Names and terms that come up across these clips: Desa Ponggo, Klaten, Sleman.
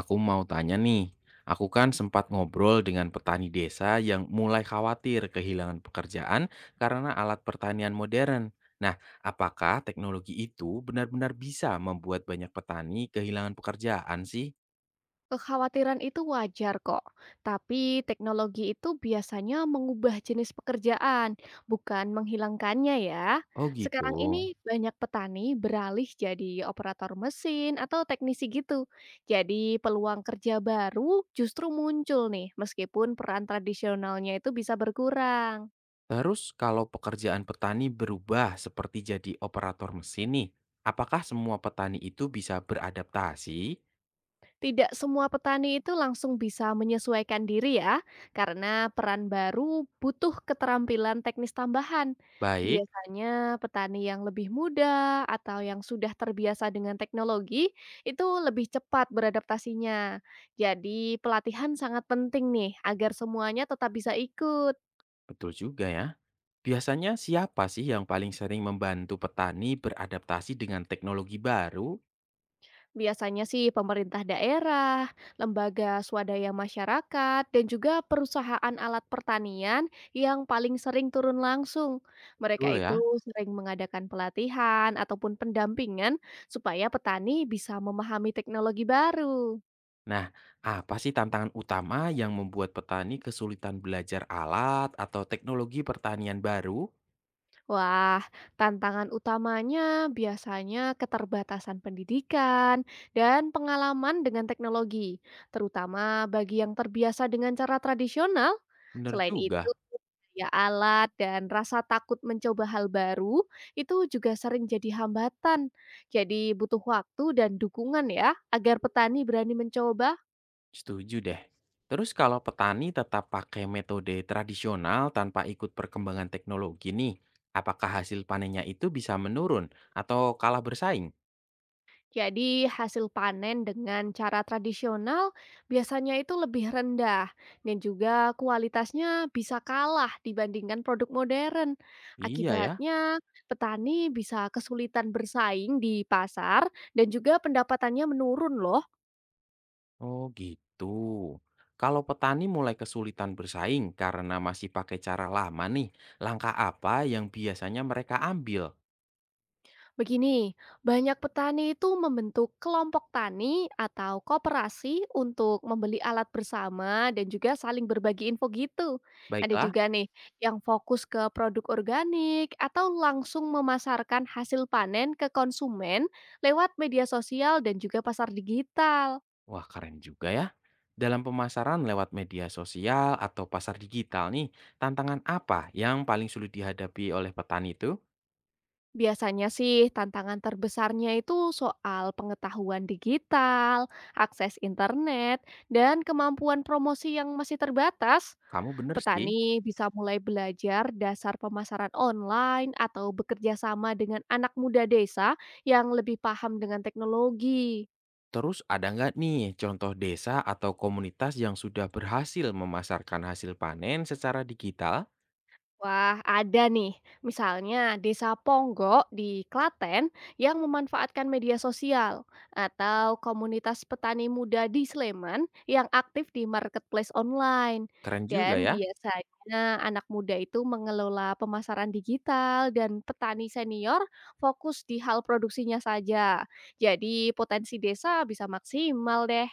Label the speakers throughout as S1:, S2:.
S1: Aku mau tanya nih, aku kan sempat ngobrol dengan petani desa yang mulai khawatir kehilangan pekerjaan karena alat pertanian modern. Nah, apakah teknologi itu benar-benar bisa membuat banyak petani kehilangan pekerjaan sih?
S2: Kekhawatiran itu wajar kok, tapi teknologi itu biasanya mengubah jenis pekerjaan, bukan menghilangkannya ya.
S1: Oh gitu.
S2: Sekarang ini banyak petani beralih jadi operator mesin atau teknisi gitu. Jadi peluang kerja baru justru muncul nih, meskipun peran tradisionalnya itu bisa berkurang.
S1: Terus kalau pekerjaan petani berubah seperti jadi operator mesin nih, apakah semua petani itu bisa beradaptasi?
S2: Tidak semua petani itu langsung bisa menyesuaikan diri ya, karena peran baru butuh keterampilan teknis tambahan.
S1: Baik,
S2: Biasanya petani yang lebih muda atau yang sudah terbiasa dengan teknologi itu lebih cepat beradaptasinya. Jadi pelatihan sangat penting nih agar semuanya tetap bisa ikut.
S1: betul juga ya. Biasanya siapa sih yang paling sering membantu petani beradaptasi dengan teknologi baru?
S2: Biasanya sih pemerintah daerah, lembaga swadaya masyarakat, dan juga perusahaan alat pertanian yang paling sering turun langsung. Mereka
S1: Betul
S2: itu
S1: ya.
S2: sering mengadakan pelatihan ataupun pendampingan supaya petani bisa memahami teknologi baru.
S1: Nah, apa sih tantangan utama yang membuat petani kesulitan belajar alat atau teknologi pertanian baru?
S2: Wah, tantangan utamanya biasanya keterbatasan pendidikan dan pengalaman dengan teknologi, terutama bagi yang terbiasa dengan cara tradisional.
S1: Bener
S2: Selain itu,
S1: juga,
S2: ya alat dan rasa takut mencoba hal baru itu juga sering jadi hambatan. Jadi butuh waktu dan dukungan ya agar petani berani mencoba.
S1: setuju deh. Terus kalau petani tetap pakai metode tradisional tanpa ikut perkembangan teknologi nih, apakah hasil panennya itu bisa menurun atau kalah bersaing?
S2: Jadi hasil panen dengan cara tradisional biasanya itu lebih rendah dan juga kualitasnya bisa kalah dibandingkan produk modern.
S1: Iya ya.
S2: Akibatnya petani bisa kesulitan bersaing di pasar dan juga pendapatannya menurun loh.
S1: Oh gitu. Kalau petani mulai kesulitan bersaing karena masih pakai cara lama nih, langkah apa yang biasanya mereka ambil?
S2: Begini, banyak petani itu membentuk kelompok tani atau koperasi untuk membeli alat bersama dan juga saling berbagi info gitu. Ada
S1: Baiklah,
S2: juga nih yang fokus ke produk organik atau langsung memasarkan hasil panen ke konsumen lewat media sosial dan juga pasar digital.
S1: wah keren juga ya. Dalam pemasaran lewat media sosial atau pasar digital nih, tantangan apa yang paling sulit dihadapi oleh petani itu?
S2: Biasanya sih tantangan terbesarnya itu soal pengetahuan digital, akses internet, dan kemampuan promosi yang masih terbatas.
S1: Kamu bener sih.
S2: Petani bisa mulai belajar dasar pemasaran online atau bekerja sama dengan anak muda desa yang lebih paham dengan teknologi.
S1: Terus ada nggak nih contoh desa atau komunitas yang sudah berhasil memasarkan hasil panen secara digital?
S2: Wah, ada nih. Misalnya Desa Ponggo di Klaten yang memanfaatkan media sosial atau komunitas petani muda di Sleman yang aktif di marketplace online.
S1: Keren juga
S2: Dan
S1: ya.
S2: biasanya anak muda itu mengelola pemasaran digital dan petani senior fokus di hal produksinya saja. Jadi potensi desa bisa maksimal deh.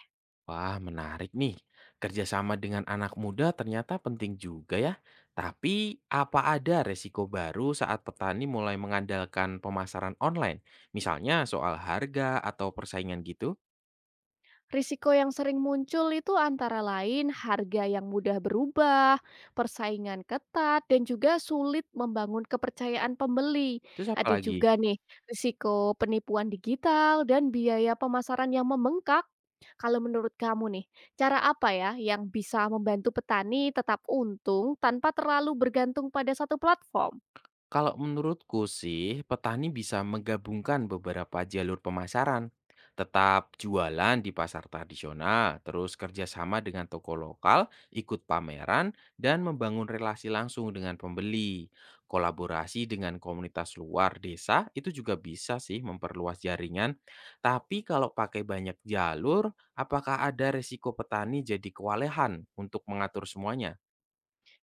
S1: Wah, menarik nih. Kerjasama dengan anak muda ternyata penting juga ya. Tapi apa ada resiko baru saat petani mulai mengandalkan pemasaran online? Misalnya soal harga atau persaingan gitu?
S2: Risiko yang sering muncul itu antara lain harga yang mudah berubah, persaingan ketat, dan juga sulit membangun kepercayaan pembeli.
S1: Terus apa
S2: Ada
S1: lagi?
S2: juga nih risiko penipuan digital dan biaya pemasaran yang membengkak. Kalau menurut kamu nih, cara apa ya yang bisa membantu petani tetap untung tanpa terlalu bergantung pada satu platform?
S1: Kalau menurutku sih, petani bisa menggabungkan beberapa jalur pemasaran. Tetap jualan di pasar tradisional, terus kerjasama dengan toko lokal, ikut pameran, dan membangun relasi langsung dengan pembeli. Kolaborasi dengan komunitas luar desa itu juga bisa sih memperluas jaringan. Tapi kalau pakai banyak jalur, apakah ada resiko petani jadi kewalahan untuk mengatur semuanya?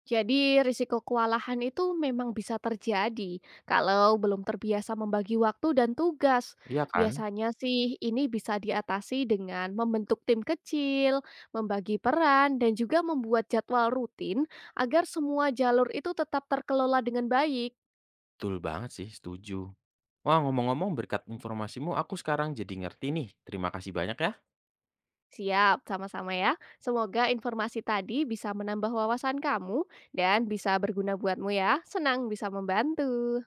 S2: Jadi risiko kewalahan itu memang bisa terjadi kalau belum terbiasa membagi waktu dan tugas.
S1: Iya kan?
S2: Biasanya sih ini bisa diatasi dengan membentuk tim kecil, membagi peran, dan juga membuat jadwal rutin agar semua jalur itu tetap terkelola dengan baik.
S1: Betul banget sih, setuju. Wah, ngomong-ngomong berkat informasimu aku sekarang jadi ngerti nih. Terima kasih banyak ya.
S2: Siap, sama-sama ya. Semoga informasi tadi bisa menambah wawasan kamu dan bisa berguna buatmu ya. Senang bisa membantu.